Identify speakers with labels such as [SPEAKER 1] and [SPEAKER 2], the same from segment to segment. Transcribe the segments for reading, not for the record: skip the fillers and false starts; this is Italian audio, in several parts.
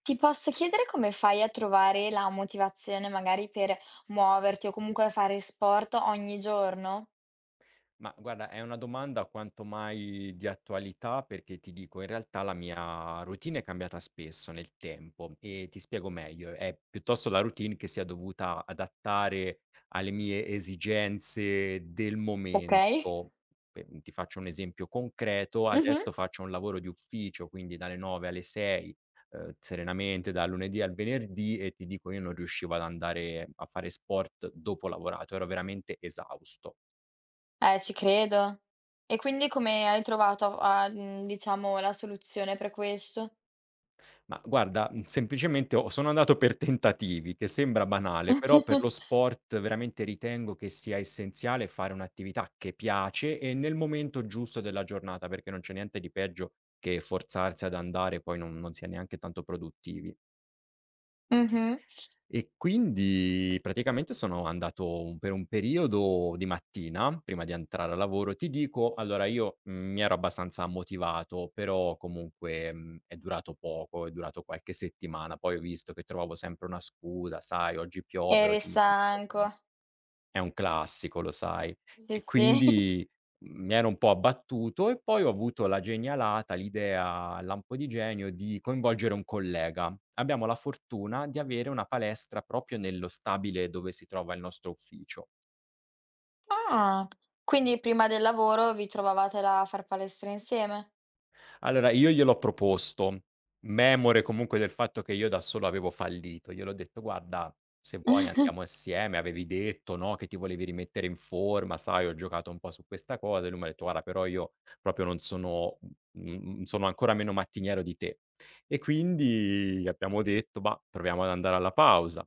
[SPEAKER 1] Ti posso chiedere come fai a trovare la motivazione magari per muoverti o comunque fare sport ogni giorno?
[SPEAKER 2] Ma guarda, è una domanda quanto mai di attualità perché ti dico, in realtà la mia routine è cambiata spesso nel tempo e ti spiego meglio, è piuttosto la routine che si è dovuta adattare alle mie esigenze del
[SPEAKER 1] Okay.
[SPEAKER 2] momento. Ti faccio un esempio concreto,
[SPEAKER 1] Mh-mh.
[SPEAKER 2] adesso faccio un lavoro di ufficio, quindi dalle 9 alle 6, serenamente dal lunedì al venerdì. E ti dico, io non riuscivo ad andare a fare sport dopo lavorato, ero veramente esausto.
[SPEAKER 1] Ci credo. E quindi come hai trovato a diciamo la soluzione per questo?
[SPEAKER 2] Ma guarda, semplicemente ho sono andato per tentativi, che sembra banale, però per lo sport veramente ritengo che sia essenziale fare un'attività che piace e nel momento giusto della giornata, perché non c'è niente di peggio che forzarsi ad andare e poi non si è neanche tanto produttivi.
[SPEAKER 1] Mh-mh.
[SPEAKER 2] E quindi praticamente sono andato un per un periodo di mattina, prima di entrare a lavoro. Ti dico, allora io, mi ero abbastanza motivato, però comunque, è durato poco, è durato qualche settimana. Poi ho visto che trovavo sempre una scusa: "Sai, oggi piove,
[SPEAKER 1] Eri
[SPEAKER 2] oggi mi sento un po' co".
[SPEAKER 1] stanco.
[SPEAKER 2] È un classico, lo sai. E
[SPEAKER 1] Sì, sì.
[SPEAKER 2] quindi mi ero un po' abbattuto e poi ho avuto la genialata, l'idea, il lampo di genio, di coinvolgere un collega. Abbiamo la fortuna di avere una palestra proprio nello stabile dove si trova il nostro ufficio.
[SPEAKER 1] Ah, quindi prima del lavoro vi trovavate là a far palestra insieme?
[SPEAKER 2] Allora, io gliel'ho proposto, memore comunque del fatto che io da solo avevo fallito. Gliel'ho detto: "Guarda, se vuoi andiamo assieme, avevi detto, no, che ti volevi rimettere in forma, sai, ho giocato un po' su questa cosa." E lui m'ha detto: "Guarda, però io proprio non sono sono ancora meno mattiniero di te." E quindi abbiamo detto: "Bah, proviamo ad andare alla pausa."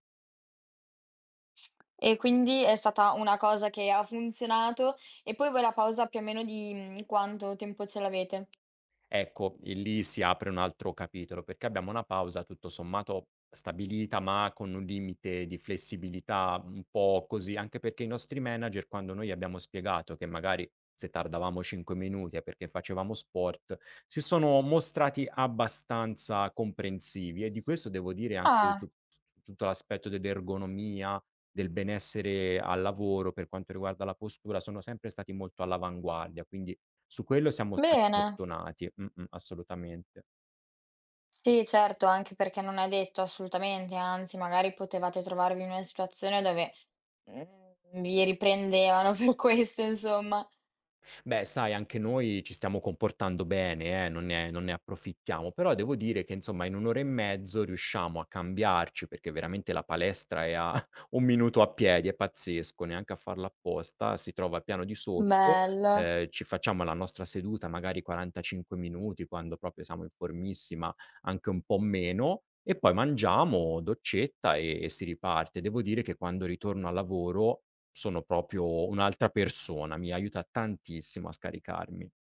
[SPEAKER 1] E quindi è stata una cosa che ha funzionato e poi voi la pausa più o meno di, quanto tempo ce l'avete?
[SPEAKER 2] Ecco, e lì si apre un altro capitolo, perché abbiamo una pausa tutto sommato stabilita, ma con un limite di flessibilità un po' così, anche perché i nostri manager, quando noi abbiamo spiegato che magari se tardavamo 5 minuti è perché facevamo sport, si sono mostrati abbastanza comprensivi. E di questo devo dire anche
[SPEAKER 1] Ah,
[SPEAKER 2] su tutto l'aspetto dell'ergonomia, del benessere al lavoro per quanto riguarda la postura, sono sempre stati molto all'avanguardia, quindi su quello siamo stati
[SPEAKER 1] bene.
[SPEAKER 2] fortunati. Mh-mh, assolutamente.
[SPEAKER 1] Sì, certo, anche perché non è detto assolutamente, anzi magari potevate trovarvi in una situazione dove, vi riprendevano per questo insomma.
[SPEAKER 2] Beh, sai anche noi ci stiamo comportando bene non ne approfittiamo, però devo dire che insomma in 1 ora e mezzo riusciamo a cambiarci, perché veramente la palestra è a 1 minuto a piedi, è pazzesco, neanche a farla apposta, si trova al piano di sotto,
[SPEAKER 1] Bello.
[SPEAKER 2] ci facciamo la nostra seduta magari 45 minuti, quando proprio siamo in formissima anche un po' meno, e poi mangiamo, doccetta e si riparte. Devo dire che quando ritorno al lavoro sono proprio un'altra persona, mi aiuta tantissimo a scaricarmi.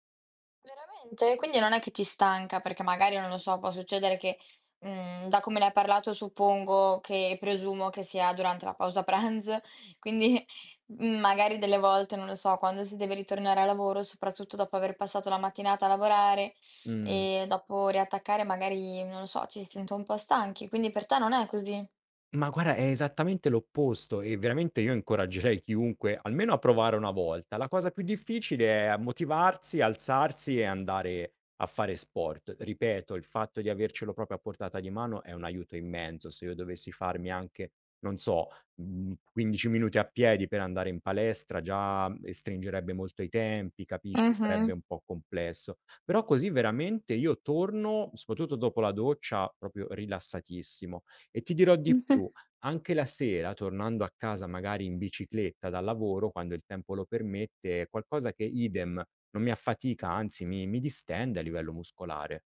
[SPEAKER 1] Veramente? Quindi non è che ti stanca, perché magari, non lo so, può succedere che, da come ne hai parlato suppongo che presumo che sia durante la pausa pranzo, quindi, magari delle volte, non lo so, quando si deve ritornare a lavoro, soprattutto dopo aver passato la mattinata a lavorare
[SPEAKER 2] Mh.
[SPEAKER 1] e dopo riattaccare magari, non lo so, ci si sente un po' stanchi, quindi per te non è così.
[SPEAKER 2] Ma guarda, è esattamente l'opposto e veramente io incoraggerei chiunque almeno a provare una volta. La cosa più difficile è a motivarsi, alzarsi e andare a fare sport. Ripeto, il fatto di avercelo proprio a portata di mano è un aiuto immenso. Se io dovessi farmi anche, non so, 15 minuti a piedi per andare in palestra già stringerebbe molto i tempi, capisci, sarebbe
[SPEAKER 1] Mh-mh.
[SPEAKER 2] un po' complesso. Però così veramente io torno, soprattutto dopo la doccia, proprio rilassatissimo. E ti dirò di più, anche la sera, tornando a casa magari in bicicletta dal lavoro, quando il tempo lo permette, è qualcosa che idem non mi affatica, anzi mi distende a livello muscolare.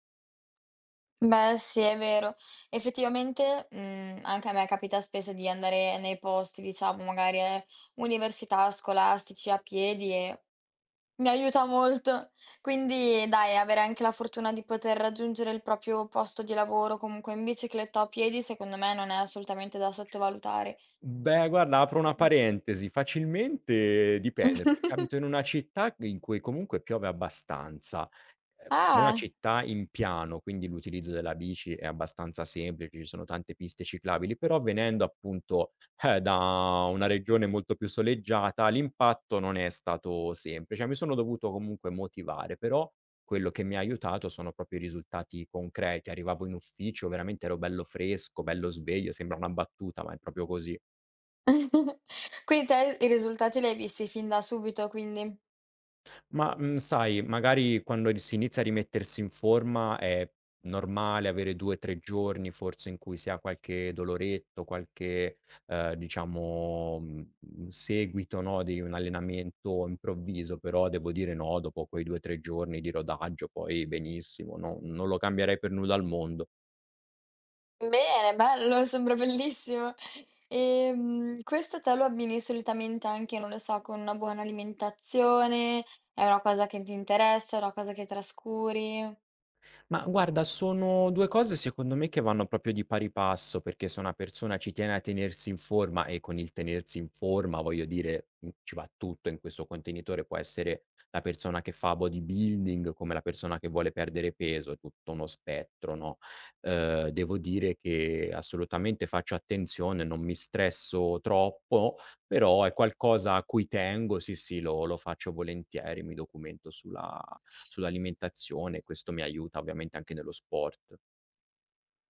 [SPEAKER 1] Beh, sì, è vero. Effettivamente, anche a me capita spesso di andare nei posti, diciamo, magari, università, scolastici, a piedi e mi aiuta molto. Quindi dai, avere anche la fortuna di poter raggiungere il proprio posto di lavoro, comunque in bicicletta o a piedi, secondo me non è assolutamente da sottovalutare.
[SPEAKER 2] Beh, guarda, apro una parentesi, facilmente dipende, perché
[SPEAKER 1] Mh-mh.
[SPEAKER 2] abito in una città in cui comunque piove abbastanza. È una
[SPEAKER 1] Ah!
[SPEAKER 2] città in piano, quindi l'utilizzo della bici è abbastanza semplice, ci sono tante piste ciclabili, però venendo appunto, da una regione molto più soleggiata, l'impatto non è stato semplice. Mi sono dovuto comunque motivare, però quello che mi ha aiutato sono proprio i risultati concreti. Arrivavo in ufficio, veramente ero bello fresco, bello sveglio, sembra una battuta, ma è proprio così.
[SPEAKER 1] Quindi te i risultati li hai visti fin da subito, quindi?
[SPEAKER 2] Ma, sai, magari quando ri si inizia a rimettersi in forma è normale avere 2, 3 giorni forse in cui si ha qualche doloretto, qualche, diciamo, seguito, no, di un allenamento improvviso, però devo dire no, dopo quei 2, 3 giorni di rodaggio poi benissimo, no non lo cambierei per nulla al mondo.
[SPEAKER 1] Bene, bello, sembra bellissimo. Questo te lo abbini solitamente anche, non lo so, con una buona alimentazione? È una cosa che ti interessa? È una cosa che trascuri?
[SPEAKER 2] Ma guarda, sono 2 cose secondo me che vanno proprio di pari passo, perché se una persona ci tiene a tenersi in forma e con il tenersi in forma, voglio dire, ci va tutto in questo contenitore, può essere la persona che fa bodybuilding, come la persona che vuole perdere peso, è tutto uno spettro, no, devo dire che assolutamente faccio attenzione, non mi stresso troppo, però è qualcosa a cui tengo, sì, sì, lo faccio volentieri, mi documento sulla sull'alimentazione, questo mi aiuta ovviamente anche nello sport.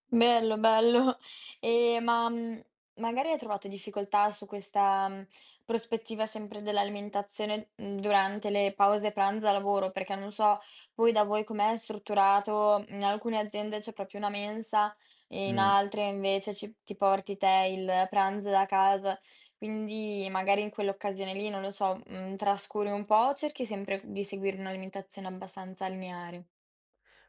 [SPEAKER 1] Bello, bello. E ma, magari hai trovato difficoltà su questa, prospettiva sempre dell'alimentazione, durante le pause pranzo da lavoro? Perché non so poi da voi com'è strutturato, in alcune aziende c'è proprio una mensa, e in
[SPEAKER 2] Mh.
[SPEAKER 1] altre invece ci ti porti te il pranzo da casa, quindi magari in quell'occasione lì, non lo so, trascuri un po' o cerchi sempre di seguire un'alimentazione abbastanza lineare?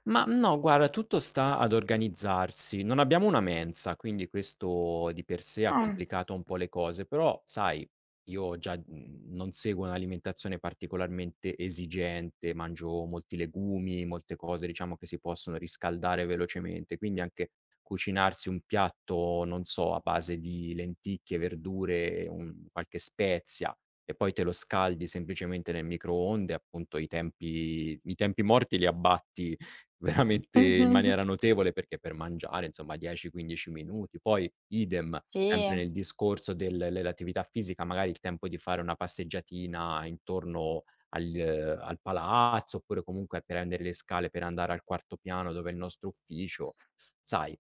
[SPEAKER 2] Ma no, guarda, tutto sta ad organizzarsi. Non abbiamo una mensa, quindi questo di per sé ha
[SPEAKER 1] Ah.
[SPEAKER 2] complicato un po' le cose, però sai, io già non seguo un'alimentazione particolarmente esigente, mangio molti legumi, molte cose diciamo che si possono riscaldare velocemente, quindi anche cucinarsi un piatto, non so, a base di lenticchie, verdure, un qualche spezia e poi te lo scaldi semplicemente nel microonde, appunto i tempi morti li abbatti veramente in
[SPEAKER 1] Mh-mh.
[SPEAKER 2] maniera notevole, perché per mangiare insomma 10, 15 minuti, poi idem, sempre
[SPEAKER 1] Sì,
[SPEAKER 2] nel discorso del dell'attività fisica, magari il tempo di fare una passeggiatina intorno al palazzo, oppure comunque a prendere le scale per andare al quarto piano dove è il nostro ufficio. Sai,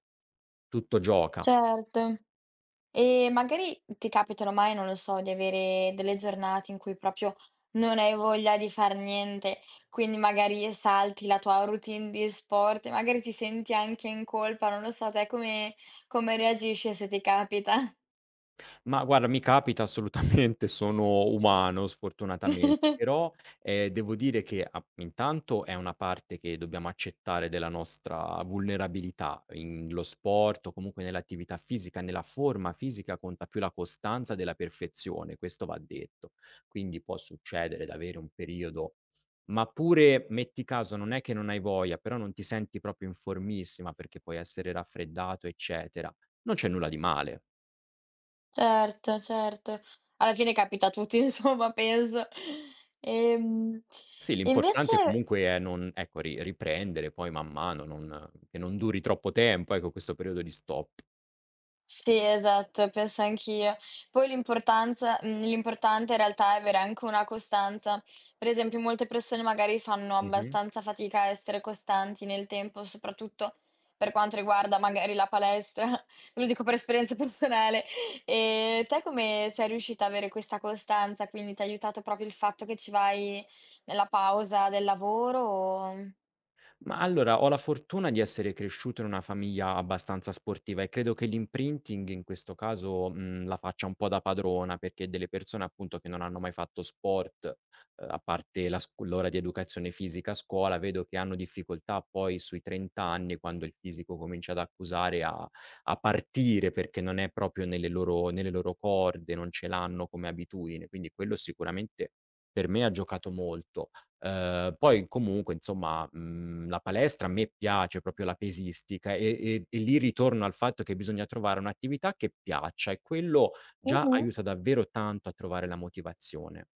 [SPEAKER 2] tutto gioca.
[SPEAKER 1] certo. E magari ti capitano mai, non lo so, di avere delle giornate in cui proprio non hai voglia di far niente, quindi magari salti la tua routine di sport, e magari ti senti anche in colpa, non lo so, te come, come reagisci se ti capita?
[SPEAKER 2] Ma guarda, mi capita assolutamente, sono umano sfortunatamente, però, devo dire che a intanto è una parte che dobbiamo accettare della nostra vulnerabilità. In lo sport o comunque nell'attività fisica, nella forma fisica conta più la costanza della perfezione, questo va detto. Quindi può succedere d'avere un periodo ma pure, metti caso, non è che non hai voglia, però non ti senti proprio in formissima perché puoi essere raffreddato, eccetera. Non c'è nulla di male.
[SPEAKER 1] Certo, certo. Alla fine capita a tutti, insomma, penso. Ehm,
[SPEAKER 2] Sì, l'importante
[SPEAKER 1] invece
[SPEAKER 2] comunque è non ecco, ri riprendere poi man mano, non che non duri troppo tempo, ecco, questo periodo di stop.
[SPEAKER 1] sì, esatto, penso anch'io. Poi l'importanza l'importante in realtà è avere anche una costanza. Per esempio, molte persone magari fanno
[SPEAKER 2] Mh-mh.
[SPEAKER 1] abbastanza fatica a essere costanti nel tempo, soprattutto per quanto riguarda magari la palestra, ve lo dico per esperienza personale. Te come sei riuscita a avere questa costanza? Quindi ti ha aiutato proprio il fatto che ci vai nella pausa del lavoro o
[SPEAKER 2] Ma allora, ho la fortuna di essere cresciuto in una famiglia abbastanza sportiva e credo che l'imprinting in questo caso, la faccia un po' da padrona, perché delle persone appunto che non hanno mai fatto sport, a parte la scu l'ora di educazione fisica a scuola, vedo che hanno difficoltà poi sui 30 anni, quando il fisico comincia ad accusare, a a partire, perché non è proprio nelle loro corde, non ce l'hanno come abitudine, quindi quello sicuramente per me ha giocato molto. Poi comunque insomma, la palestra a me piace proprio la pesistica e lì ritorno al fatto che bisogna trovare un'attività che piaccia e quello già
[SPEAKER 1] Mh-mh.
[SPEAKER 2] aiuta davvero tanto a trovare la motivazione.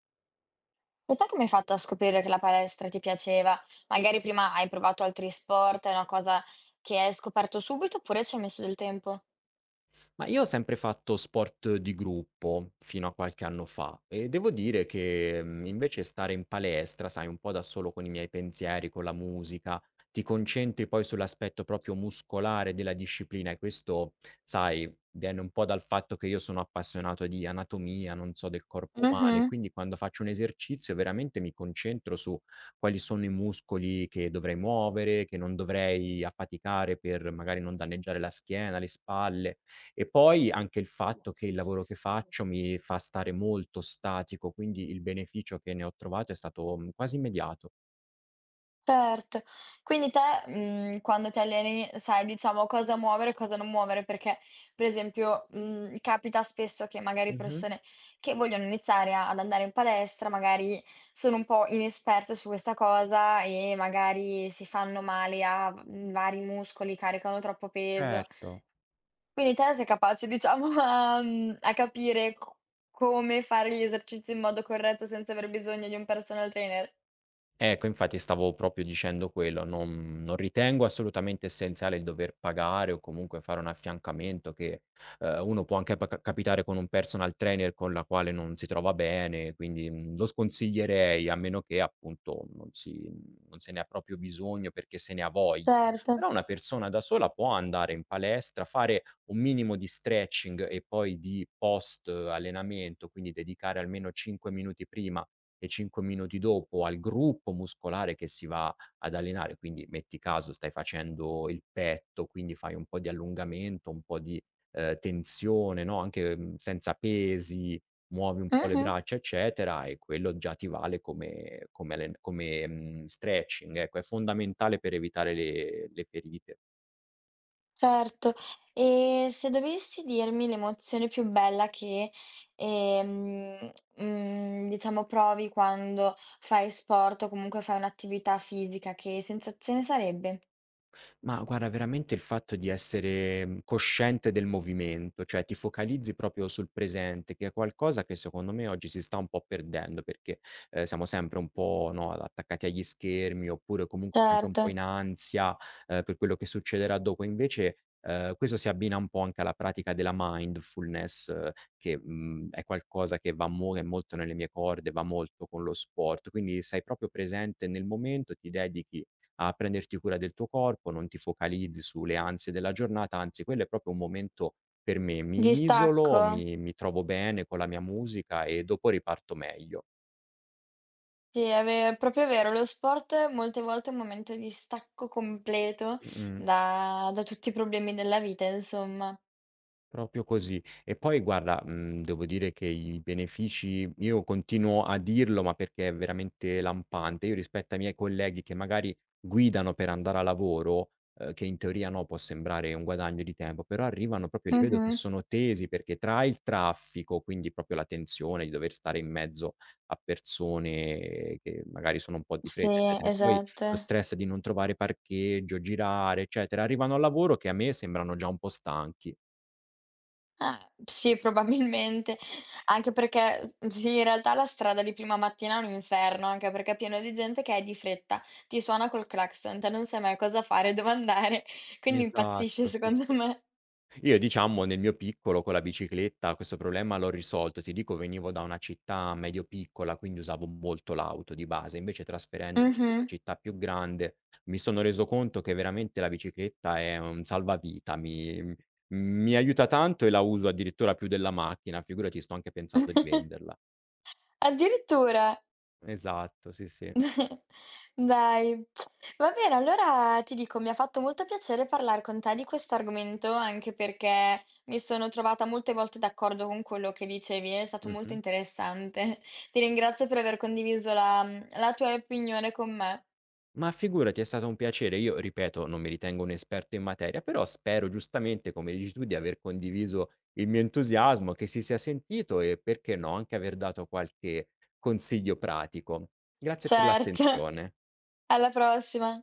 [SPEAKER 1] E te come hai fatto a scoprire che la palestra ti piaceva? Magari prima hai provato altri sport, è una cosa che hai scoperto subito oppure ci hai messo del tempo?
[SPEAKER 2] Ma io ho sempre fatto sport di gruppo fino a qualche anno fa e devo dire che, invece stare in palestra, sai, un po' da solo con i miei pensieri, con la musica, ti concentri poi sull'aspetto proprio muscolare della disciplina e questo, sai, viene un po' dal fatto che io sono appassionato di anatomia, non so, del corpo umano e
[SPEAKER 1] Mh-mh,
[SPEAKER 2] quindi quando faccio un esercizio veramente mi concentro su quali sono i muscoli che dovrei muovere, che non dovrei affaticare per magari non danneggiare la schiena, le spalle. E poi anche il fatto che il lavoro che faccio mi fa stare molto statico, quindi il beneficio che ne ho trovato è stato, quasi immediato.
[SPEAKER 1] certo. Quindi te, quando ti alleni sai diciamo cosa muovere e cosa non muovere, perché per esempio, capita spesso che magari
[SPEAKER 2] Mh-mh.
[SPEAKER 1] persone che vogliono iniziare a ad andare in palestra, magari sono un po' inesperte su questa cosa e magari si fanno male a, vari muscoli, caricano troppo peso.
[SPEAKER 2] Certo.
[SPEAKER 1] Quindi te sei capace diciamo a a capire co come fare gli esercizi in modo corretto senza aver bisogno di un personal trainer?
[SPEAKER 2] Ecco, infatti stavo proprio dicendo quello, non ritengo assolutamente essenziale il dover pagare o comunque fare un affiancamento che, uno può anche pa ca capitare con un personal trainer con la quale non si trova bene, quindi, lo sconsiglierei a meno che appunto non se ne ha proprio bisogno perché se ne ha voglia.
[SPEAKER 1] Certo.
[SPEAKER 2] Però una persona da sola può andare in palestra, fare un minimo di stretching e poi di post allenamento, quindi dedicare almeno 5 minuti prima e 5 minuti dopo al gruppo muscolare che si va ad allenare, quindi metti caso stai facendo il petto, quindi fai un po' di allungamento, un po' di, tensione, no, anche, senza pesi, muovi un po' le
[SPEAKER 1] Mh-mh.
[SPEAKER 2] braccia, eccetera, e quello già ti vale come, stretching, ecco. È fondamentale per evitare le ferite.
[SPEAKER 1] Certo. E se dovessi dirmi l'emozione più bella che, diciamo provi quando fai sport o comunque fai un'attività fisica, che sensazione sarebbe?
[SPEAKER 2] Ma guarda, veramente il fatto di essere, cosciente del movimento, cioè ti focalizzi proprio sul presente, che è qualcosa che secondo me oggi si sta un po' perdendo perché, siamo sempre un po', no, attaccati agli schermi oppure comunque sempre un
[SPEAKER 1] Certo.
[SPEAKER 2] po' in ansia, per quello che succederà dopo. Invece, questo si abbina un po' anche alla pratica della mindfulness che, è qualcosa che va mo è molto nelle mie corde, va molto con lo sport, quindi sei proprio presente nel momento, ti dedichi a prenderti cura del tuo corpo, non ti focalizzi sulle ansie della giornata, anzi quello è proprio un momento per me, mi
[SPEAKER 1] Distacco?
[SPEAKER 2] isolo, mi trovo bene con la mia musica e dopo riparto meglio.
[SPEAKER 1] Sì, è ve proprio vero. Lo sport molte volte è un momento di stacco completo
[SPEAKER 2] Mh-mh.
[SPEAKER 1] da tutti i problemi della vita, insomma.
[SPEAKER 2] Proprio così. E poi guarda, devo dire che i benefici io continuo a dirlo, ma perché è veramente lampante. Io rispetto ai miei colleghi che magari guidano per andare a lavoro, che in teoria, no, può sembrare un guadagno di tempo, però arrivano proprio li vedo che
[SPEAKER 1] Mh-mh.
[SPEAKER 2] sono tesi perché tra il traffico, quindi proprio la tensione di dover stare in mezzo a persone che magari sono un po' di
[SPEAKER 1] Sì,
[SPEAKER 2] fretta, eccetera, e poi lo
[SPEAKER 1] esatto.
[SPEAKER 2] stress di non trovare parcheggio, girare, eccetera, arrivano al lavoro che a me sembrano già un po' stanchi.
[SPEAKER 1] Ah, sì, probabilmente. Anche perché sì, in realtà la strada di prima mattina è un inferno, anche perché è pieno di gente che è di fretta, ti suona col clacson, te non sai mai cosa fare, dove andare, quindi impazzisci
[SPEAKER 2] Esatto, sì,
[SPEAKER 1] secondo
[SPEAKER 2] sì.
[SPEAKER 1] me.
[SPEAKER 2] Io diciamo nel mio piccolo con la bicicletta questo problema l'ho risolto. Ti dico venivo da una città medio piccola, quindi usavo molto l'auto di base, invece trasferendomi in
[SPEAKER 1] Mh-mh.
[SPEAKER 2] questa città più grande mi sono reso conto che veramente la bicicletta è un salvavita, mi aiuta tanto e la uso addirittura più della macchina, figurati sto anche pensando di venderla.
[SPEAKER 1] Addirittura!
[SPEAKER 2] Esatto, sì, sì.
[SPEAKER 1] Dai, va bene, allora ti dico, mi ha fatto molto piacere parlare con te di questo argomento, anche perché mi sono trovata molte volte d'accordo con quello che dicevi, è stato molto
[SPEAKER 2] Mh-mh.
[SPEAKER 1] interessante. Ti ringrazio per aver condiviso la la tua opinione con me.
[SPEAKER 2] Ma figurati, è stato un piacere. Io, ripeto, non mi ritengo un esperto in materia, però spero giustamente, come dici tu, di aver condiviso il mio entusiasmo, che si sia sentito e, perché no, anche aver dato qualche consiglio pratico. Grazie per
[SPEAKER 1] Certo,
[SPEAKER 2] l'attenzione.
[SPEAKER 1] alla prossima.